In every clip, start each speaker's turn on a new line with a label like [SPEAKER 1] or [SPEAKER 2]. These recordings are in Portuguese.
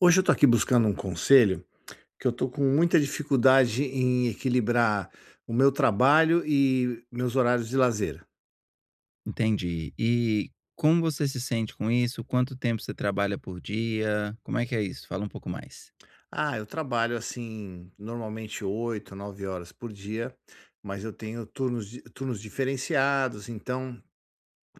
[SPEAKER 1] Hoje eu estou aqui buscando um conselho, que eu estou com muita dificuldade em equilibrar o meu trabalho e meus horários de lazer.
[SPEAKER 2] Entendi. E como você se sente com isso? Quanto tempo você trabalha por dia? Como é que é isso? Fala um pouco mais.
[SPEAKER 1] Ah, eu trabalho assim, normalmente 8, 9 horas por dia, mas eu tenho turnos, turnos diferenciados, então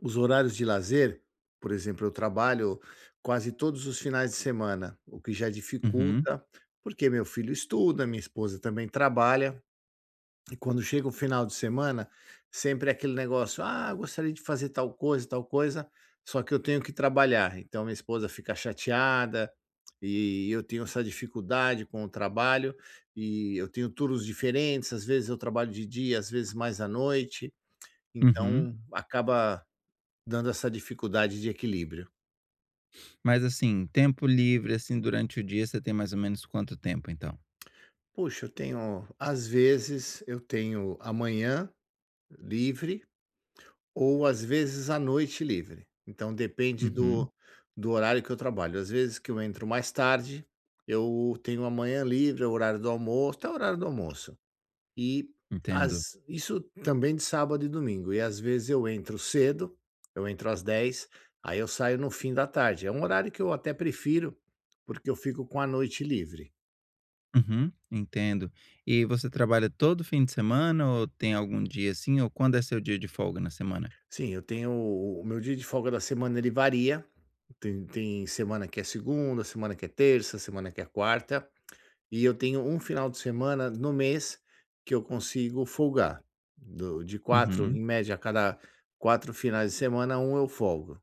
[SPEAKER 1] os horários de lazer, por exemplo, eu trabalho quase todos os finais de semana, o que já
[SPEAKER 2] Uhum,
[SPEAKER 1] dificulta, porque meu filho estuda, minha esposa também trabalha. E quando chega o final de semana, sempre é aquele negócio: "Ah, gostaria de fazer tal coisa, só que eu tenho que trabalhar". Então minha esposa fica chateada, e eu tenho essa dificuldade com o trabalho, e eu tenho turnos diferentes, às vezes eu trabalho de dia, às vezes mais à noite,
[SPEAKER 2] uhum.
[SPEAKER 1] então acaba dando essa dificuldade de equilíbrio.
[SPEAKER 2] Mas assim, tempo livre, assim, durante o dia, você tem mais ou menos quanto tempo, então?
[SPEAKER 1] Puxa, eu tenho às vezes eu tenho amanhã livre ou às vezes à noite livre, então depende
[SPEAKER 2] Uhum,
[SPEAKER 1] do horário que eu trabalho. Às vezes que eu entro mais tarde, eu tenho a manhã livre, é o horário do almoço, até o horário do almoço. E
[SPEAKER 2] entendo.
[SPEAKER 1] as isso também de sábado e domingo, e às vezes eu entro cedo, eu entro às 10, aí eu saio no fim da tarde. É um horário que eu até prefiro, porque eu fico com a noite livre.
[SPEAKER 2] Uhum, entendo. E você trabalha todo fim de semana ou tem algum dia assim? Ou quando é seu dia de folga na semana?
[SPEAKER 1] Sim, eu tenho o meu dia de folga da semana, ele varia, tem semana que é segunda, semana que é terça, semana que é quarta, e eu tenho um final de semana no mês que eu consigo folgar. Do de quatro
[SPEAKER 2] Uhum.
[SPEAKER 1] em média, a cada 4 finais de semana, um eu folgo.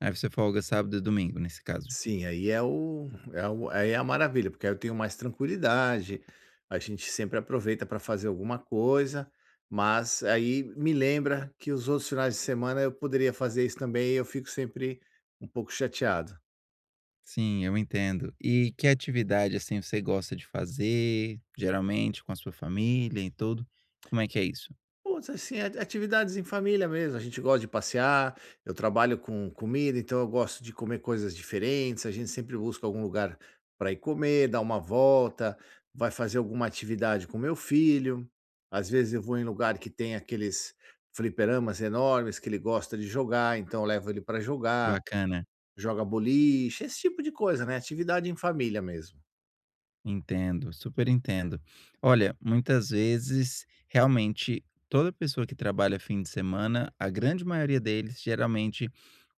[SPEAKER 2] Aí você folga sábado e domingo, nesse caso.
[SPEAKER 1] Sim, aí é o é o aí é a maravilha, porque aí eu tenho mais tranquilidade, a gente sempre aproveita para fazer alguma coisa, mas aí me lembra que os outros finais de semana eu poderia fazer isso também e eu fico sempre um pouco chateado.
[SPEAKER 2] Sim, eu entendo. E que atividade, assim, você gosta de fazer, geralmente com a sua família e tudo? Como é que é isso?
[SPEAKER 1] Putz, assim, a atividades em família mesmo, a gente gosta de passear, eu trabalho com comida, então eu gosto de comer coisas diferentes, a gente sempre busca algum lugar para ir comer, dar uma volta, vai fazer alguma atividade com meu filho, às vezes eu vou em lugar que tem aqueles fliperamas enormes que ele gosta de jogar, então eu levo ele para jogar,
[SPEAKER 2] Bacana,
[SPEAKER 1] joga boliche, esse tipo de coisa, né, atividade em família mesmo.
[SPEAKER 2] entendo, super entendo. Olha, muitas vezes, realmente, toda pessoa que trabalha fim de semana, a grande maioria deles, geralmente,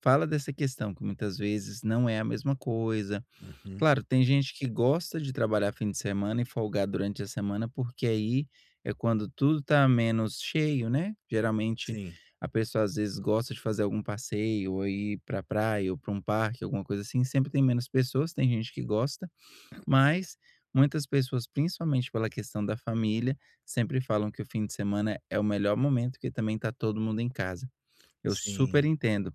[SPEAKER 2] fala dessa questão, que muitas vezes não é a mesma coisa.
[SPEAKER 1] Uhum.
[SPEAKER 2] Claro, tem gente que gosta de trabalhar fim de semana e folgar durante a semana, porque aí é quando tudo tá menos cheio, né. Geralmente
[SPEAKER 1] Sim,
[SPEAKER 2] a pessoa às vezes gosta de fazer algum passeio, ou ir pra praia, ou pra um parque, alguma coisa assim, sempre tem menos pessoas, tem gente que gosta, mas muitas pessoas, principalmente pela questão da família, sempre falam que o fim de semana é o melhor momento, que também tá todo mundo em casa. Eu super
[SPEAKER 1] sim.
[SPEAKER 2] entendo.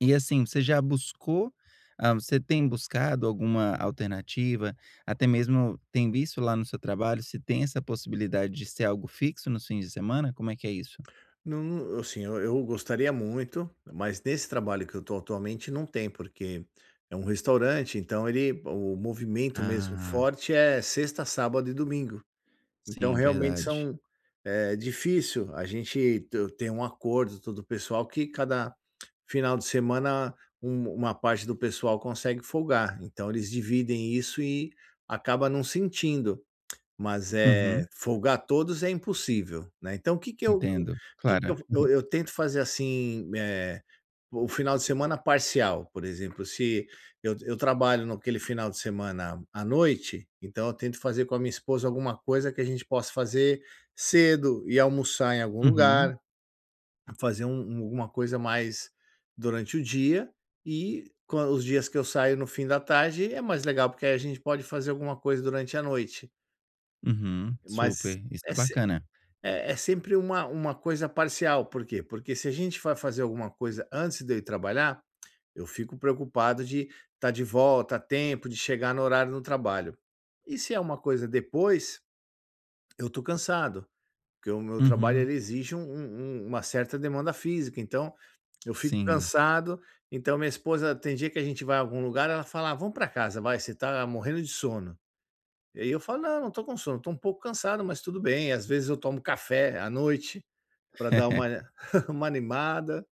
[SPEAKER 2] E assim, você já buscou ah, você tem buscado alguma alternativa? Até mesmo tem visto lá no seu trabalho se tem essa possibilidade de ser algo fixo nos fins de semana? Como é que é isso?
[SPEAKER 1] Não, assim, eu gostaria muito, mas nesse trabalho que eu estou atualmente não tem, porque é um restaurante, então ele o movimento mesmo
[SPEAKER 2] Ah,
[SPEAKER 1] forte é sexta, sábado e domingo. Então
[SPEAKER 2] sim,
[SPEAKER 1] realmente
[SPEAKER 2] verdade.
[SPEAKER 1] são é difícil, a gente te tem um acordo, todo o pessoal que cada final de semana uma parte do pessoal consegue folgar, então eles dividem isso e acaba não sentindo. Mas,
[SPEAKER 2] Uhum,
[SPEAKER 1] folgar todos é impossível, né, então o
[SPEAKER 2] entendo,
[SPEAKER 1] que que eu
[SPEAKER 2] claro.
[SPEAKER 1] eu eu tento fazer, assim, o final de semana parcial, por exemplo, se eu trabalho naquele final de semana à noite, então eu tento fazer com a minha esposa alguma coisa que a gente possa fazer cedo, e almoçar em algum
[SPEAKER 2] Uhum,
[SPEAKER 1] lugar, fazer alguma coisa mais durante o dia, e quan os dias que eu saio no fim da tarde é mais legal, porque aí a gente pode fazer alguma coisa durante a noite,
[SPEAKER 2] uhum,
[SPEAKER 1] mas
[SPEAKER 2] super, isso
[SPEAKER 1] é
[SPEAKER 2] é bacana.
[SPEAKER 1] é sempre uma coisa parcial. Por quê? Porque se a gente vai fazer alguma coisa antes de eu ir trabalhar, eu fico preocupado de estar de volta a tempo, de chegar no horário no trabalho. E se é uma coisa depois, eu tô cansado, porque o meu trabalho
[SPEAKER 2] Uhum,
[SPEAKER 1] ele exige uma certa demanda física, então eu fico
[SPEAKER 2] sim,
[SPEAKER 1] cansado, então minha esposa tem dia que a gente vai a algum lugar, ela fala: "Ah, vamos para casa, vai, você tá morrendo de sono". E aí eu falo: "Não, não tô com sono, tô um pouco cansado, mas tudo bem". Às vezes eu tomo café à noite, para dar uma uma animada,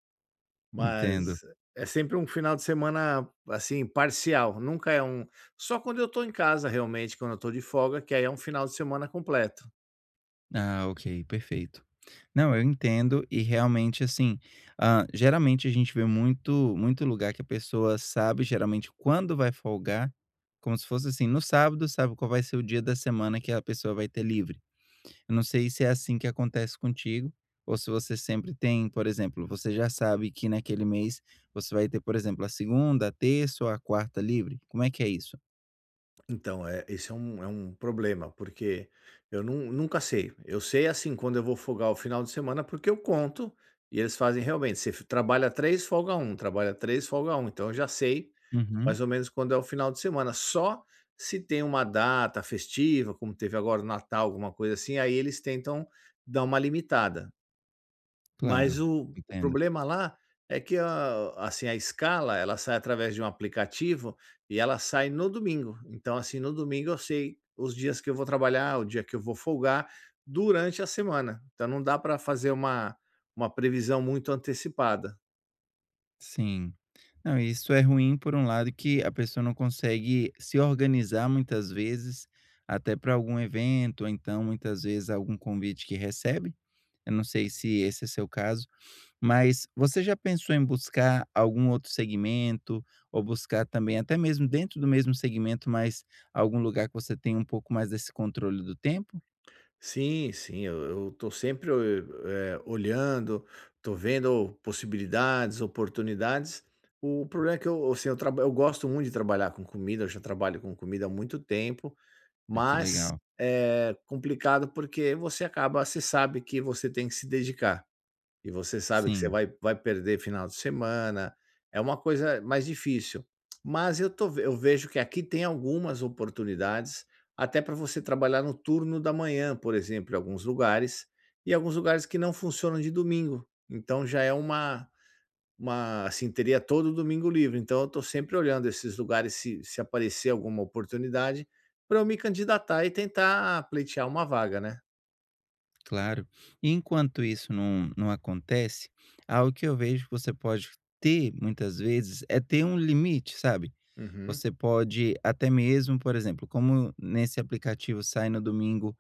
[SPEAKER 1] mas
[SPEAKER 2] entendo.
[SPEAKER 1] é sempre um final de semana, assim, parcial, nunca é um, só quando eu estou em casa realmente, quando eu estou de folga, que aí é um final de semana completo.
[SPEAKER 2] Ah, ok, perfeito. Não, eu entendo e realmente assim, ah, geralmente a gente vê muito muito lugar que a pessoa sabe geralmente quando vai folgar, como se fosse assim, no sábado sabe qual vai ser o dia da semana que a pessoa vai ter livre. Eu não sei se é assim que acontece contigo, ou se você sempre tem, por exemplo, você já sabe que naquele mês você vai ter, por exemplo, a segunda, a terça ou a quarta livre. Como é que é isso?
[SPEAKER 1] Então, esse é um problema, porque eu nunca sei. Eu sei assim quando eu vou folgar o final de semana, porque eu conto e eles fazem realmente. Você trabalha três, folga um, trabalha três, folga um. Então eu já sei
[SPEAKER 2] Uhum,
[SPEAKER 1] mais ou menos quando é o final de semana. Só se tem uma data festiva, como teve agora o Natal, alguma coisa assim, aí eles tentam dar uma limitada. Mas
[SPEAKER 2] claro,
[SPEAKER 1] o
[SPEAKER 2] entendo.
[SPEAKER 1] problema lá é que a assim, a escala, ela sai através de um aplicativo e ela sai no domingo. Então, assim, no domingo eu sei os dias que eu vou trabalhar, o dia que eu vou folgar, durante a semana. Então não dá para fazer uma previsão muito antecipada.
[SPEAKER 2] Sim. Não, isso é ruim por um lado que a pessoa não consegue se organizar muitas vezes, até para algum evento, ou então muitas vezes algum convite que recebe. Eu não sei se esse é seu caso, mas você já pensou em buscar algum outro segmento, ou buscar também, até mesmo dentro do mesmo segmento, mas algum lugar que você tenha um pouco mais desse controle do tempo?
[SPEAKER 1] Sim, sim, eu tô sempre, olhando, tô vendo possibilidades, oportunidades. O problema é que eu, assim, eu gosto muito de trabalhar com comida, eu já trabalho com comida há muito tempo.
[SPEAKER 2] Ah, que
[SPEAKER 1] Mas
[SPEAKER 2] legal.
[SPEAKER 1] é complicado, porque você sabe que você tem que se dedicar, e você sabe que você
[SPEAKER 2] Sim.
[SPEAKER 1] vai perder final de semana, é uma coisa mais difícil. Mas eu tô ve eu vejo que aqui tem algumas oportunidades, até para você trabalhar no turno da manhã, por exemplo, em alguns lugares, e alguns lugares que não funcionam de domingo. Então já é uma assim, teria todo domingo livre, então eu estou sempre olhando esses lugares se aparecer alguma oportunidade, para eu me candidatar e tentar pleitear uma vaga, né.
[SPEAKER 2] Claro. E enquanto isso não acontece, algo que eu vejo que você pode ter, muitas vezes, é ter um limite, sabe.
[SPEAKER 1] Uhum,
[SPEAKER 2] Você pode até mesmo, por exemplo, como nesse aplicativo sai no domingo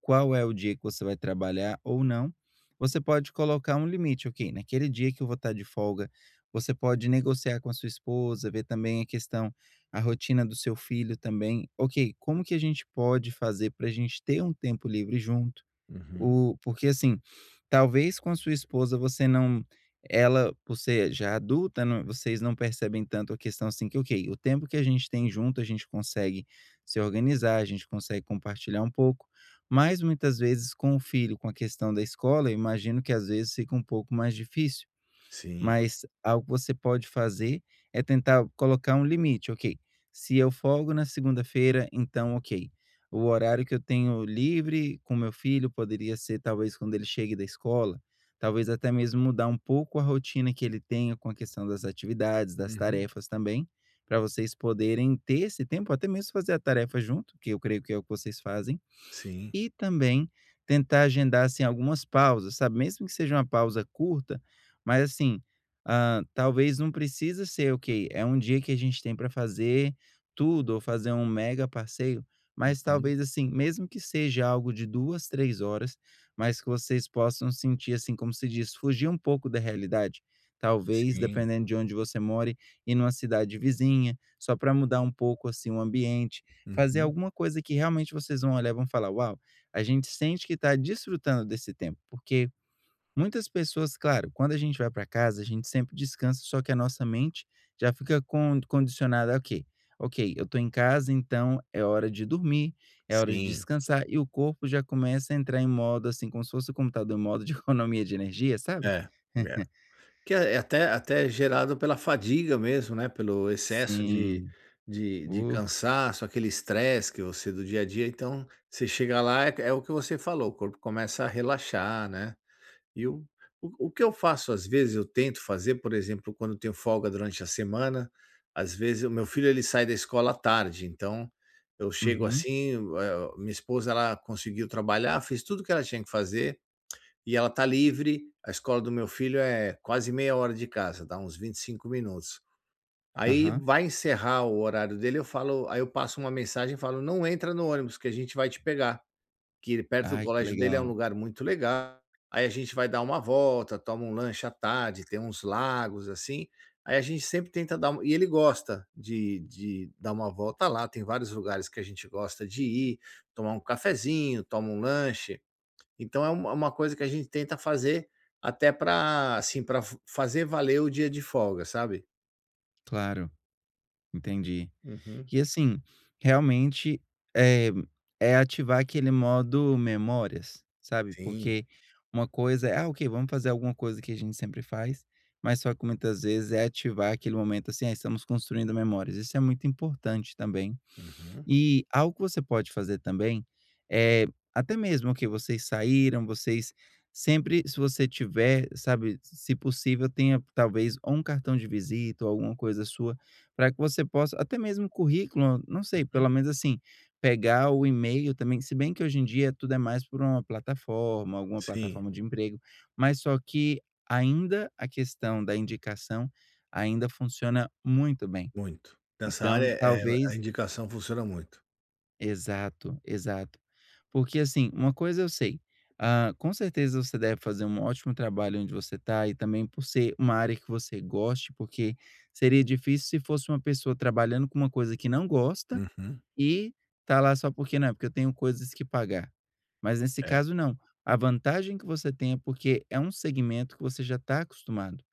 [SPEAKER 2] qual é o dia que você vai trabalhar ou não, você pode colocar um limite: "Ok, naquele dia que eu vou estar de folga", você pode negociar com a sua esposa, ver também a rotina do seu filho também: "Ok, como que a gente pode fazer para a gente ter um tempo livre junto?"
[SPEAKER 1] uhum,
[SPEAKER 2] O porque, assim, talvez com a sua esposa você não ela, por ser já adulta, não vocês não percebem tanto a questão, assim, que, ok, o tempo que a gente tem junto, a gente consegue se organizar, a gente consegue compartilhar um pouco, mas muitas vezes com o filho, com a questão da escola, eu imagino que às vezes fica um pouco mais difícil.
[SPEAKER 1] sim,
[SPEAKER 2] Mas algo que você pode fazer é tentar colocar um limite, ok, se eu folgo na segunda-feira, então ok, o horário que eu tenho livre com meu filho poderia ser talvez quando ele chegue da escola, talvez até mesmo mudar um pouco a rotina que ele tenha com a questão das atividades, das
[SPEAKER 1] uhum,
[SPEAKER 2] tarefas também, para vocês poderem ter esse tempo, até mesmo fazer a tarefa junto, que eu creio que é o que vocês fazem,
[SPEAKER 1] sim,
[SPEAKER 2] e também tentar agendar, assim, algumas pausas, sabe, mesmo que seja uma pausa curta, mas assim, ah, talvez não precisa ser, ok, é um dia que a gente tem para fazer tudo ou fazer um mega passeio, mas
[SPEAKER 1] uhum,
[SPEAKER 2] talvez assim, mesmo que seja algo de 2, 3 horas, mas que vocês possam sentir, assim, como se diz, fugir um pouco da realidade. Talvez,
[SPEAKER 1] sim,
[SPEAKER 2] dependendo de onde você more, ir numa cidade vizinha, só para mudar um pouco assim o ambiente, fazer
[SPEAKER 1] uhum,
[SPEAKER 2] alguma coisa que realmente vocês vão olhar e vão falar: "Uau, a gente sente que está desfrutando desse tempo, porque muitas pessoas, claro, quando a gente vai para casa, a gente sempre descansa, só que a nossa mente já fica condicionada, a ok, ok, eu estou em casa, então é hora de dormir, é hora de
[SPEAKER 1] sim.
[SPEAKER 2] descansar, e o corpo já começa a entrar em modo, assim, como se fosse o computador em modo de economia de energia, sabe?
[SPEAKER 1] É, é. Que é até gerado pela fadiga mesmo, né, pelo excesso de
[SPEAKER 2] Sim.
[SPEAKER 1] de de
[SPEAKER 2] Uh,
[SPEAKER 1] cansaço, aquele estresse que você do dia a dia, então, você chega lá, é o que você falou, o corpo começa a relaxar, né. E o que eu faço, às vezes, eu tento fazer, por exemplo, quando eu tenho folga durante a semana, às vezes o meu filho ele sai da escola à tarde, então eu chego
[SPEAKER 2] uhum,
[SPEAKER 1] assim, minha esposa ela conseguiu trabalhar, fez tudo o que ela tinha que fazer e ela tá livre. A escola do meu filho é quase meia hora de casa, dá uns 25 minutos. Aí
[SPEAKER 2] aham.
[SPEAKER 1] vai encerrar o horário dele, eu falo aí eu passo uma mensagem e falo: "Não entra no ônibus que a gente vai te pegar". Que perto do
[SPEAKER 2] Ai, que
[SPEAKER 1] colégio dele é um
[SPEAKER 2] legal.
[SPEAKER 1] lugar muito legal, aí a gente vai dar uma volta, toma um lanche à tarde, tem uns lagos, assim, aí a gente sempre tenta dar uma e ele gosta de dar uma volta lá, tem vários lugares que a gente gosta de ir, tomar um cafezinho, toma um lanche, então é uma coisa que a gente tenta fazer até para assim, para fazer valer o dia de folga, sabe.
[SPEAKER 2] Claro, entendi.
[SPEAKER 1] Uhum.
[SPEAKER 2] E assim, realmente, é é ativar aquele modo memórias, sabe,
[SPEAKER 1] Sim.
[SPEAKER 2] porque uma coisa é: "Ah, ok, vamos fazer alguma coisa que a gente sempre faz", mas só que muitas vezes é ativar aquele momento, assim: "Ah, estamos construindo memórias". Isso é muito importante também.
[SPEAKER 1] Uhum,
[SPEAKER 2] E algo que você pode fazer também é até mesmo que vocês saíram, vocês sempre, se você tiver, sabe, se possível, tenha talvez ou um cartão de visita ou alguma coisa sua, para que você possa, até mesmo currículo, não sei,
[SPEAKER 1] uhum.
[SPEAKER 2] pelo menos assim, pegar o e-mail também. Se bem que hoje em dia tudo é mais por uma plataforma, alguma
[SPEAKER 1] Sim,
[SPEAKER 2] plataforma de emprego, mas só que ainda a questão da indicação ainda funciona muito bem.
[SPEAKER 1] muito. Nessa área,
[SPEAKER 2] Então,
[SPEAKER 1] a
[SPEAKER 2] talvez
[SPEAKER 1] indicação funciona muito.
[SPEAKER 2] exato, exato. Porque assim, uma coisa eu sei, ah, com certeza você deve fazer um ótimo trabalho onde você está e também por ser uma área que você goste, porque seria difícil se fosse uma pessoa trabalhando com uma coisa que não gosta
[SPEAKER 1] Uhum.
[SPEAKER 2] e tá lá só porque não, é porque eu tenho coisas que pagar. Mas nesse
[SPEAKER 1] É.
[SPEAKER 2] caso não, a vantagem que você tem é porque é um segmento que você já está acostumado.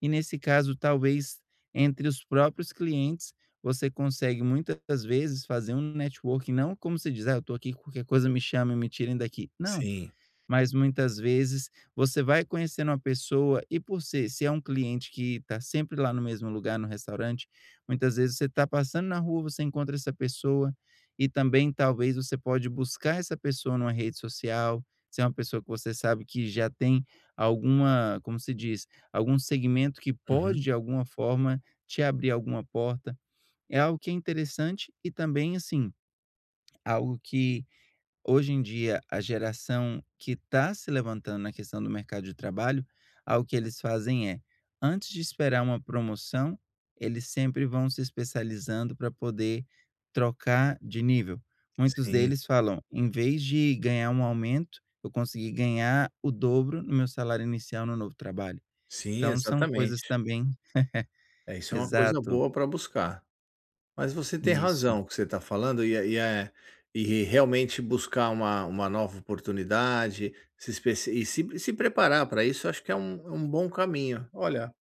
[SPEAKER 2] E nesse caso, talvez entre os próprios clientes, você consegue muitas vezes fazer um networking, não como você diz: "Ah, eu estou aqui, qualquer coisa me chamem, me tirem daqui". Não,
[SPEAKER 1] Sim.
[SPEAKER 2] mas muitas vezes você vai conhecendo uma pessoa e por ser se é um cliente que está sempre lá no mesmo lugar, no restaurante, muitas vezes você está passando na rua, você encontra essa pessoa e também talvez você pode buscar essa pessoa numa rede social, se é uma pessoa que você sabe que já tem alguma como se diz? Algum segmento que pode
[SPEAKER 1] Uhum.
[SPEAKER 2] de alguma forma te abrir alguma porta. É algo que é interessante e também, assim, algo que hoje em dia, a geração que está se levantando na questão do mercado de trabalho, algo que eles fazem é, antes de esperar uma promoção, eles sempre vão se especializando para poder trocar de nível. Muitos
[SPEAKER 1] Sim,
[SPEAKER 2] deles falam: "Em vez de ganhar um aumento, eu consegui ganhar o dobro no meu salário inicial no novo trabalho".
[SPEAKER 1] sim,
[SPEAKER 2] Então são coisas
[SPEAKER 1] exatamente.
[SPEAKER 2] também
[SPEAKER 1] É, isso é uma coisa
[SPEAKER 2] exato,
[SPEAKER 1] boa para buscar. Mas você tem
[SPEAKER 2] isso.
[SPEAKER 1] razão o que você está falando, e realmente buscar uma nova oportunidade, se especi e se preparar para isso, acho que é um bom caminho. Olha,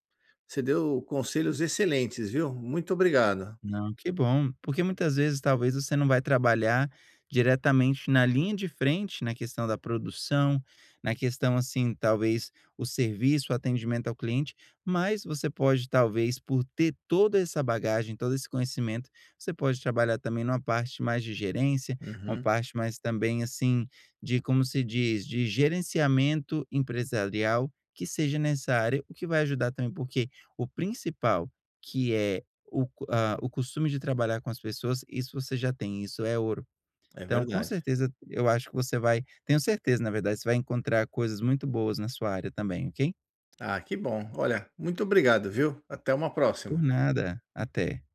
[SPEAKER 1] você deu conselhos excelentes, viu. Muito obrigado.
[SPEAKER 2] Não, que bom. Porque muitas vezes talvez você não vai trabalhar diretamente na linha de frente, na questão da produção, na questão assim, talvez o serviço, o atendimento ao cliente, mas você pode talvez por ter toda essa bagagem, todo esse conhecimento, você pode trabalhar também numa parte mais de gerência, uma
[SPEAKER 1] Uhum.
[SPEAKER 2] parte mais também assim de como se diz, de gerenciamento empresarial que seja nessa área, o que vai ajudar também porque o principal que é o costume de trabalhar com as pessoas, isso você já tem, isso é ouro.
[SPEAKER 1] É
[SPEAKER 2] Então, com
[SPEAKER 1] verdade.
[SPEAKER 2] certeza, eu acho que você vai tenho certeza, na verdade, você vai encontrar coisas muito boas na sua área também, ok?
[SPEAKER 1] Ah, que bom. Olha, muito obrigado, viu. Até uma
[SPEAKER 2] Por
[SPEAKER 1] próxima.
[SPEAKER 2] nada, até.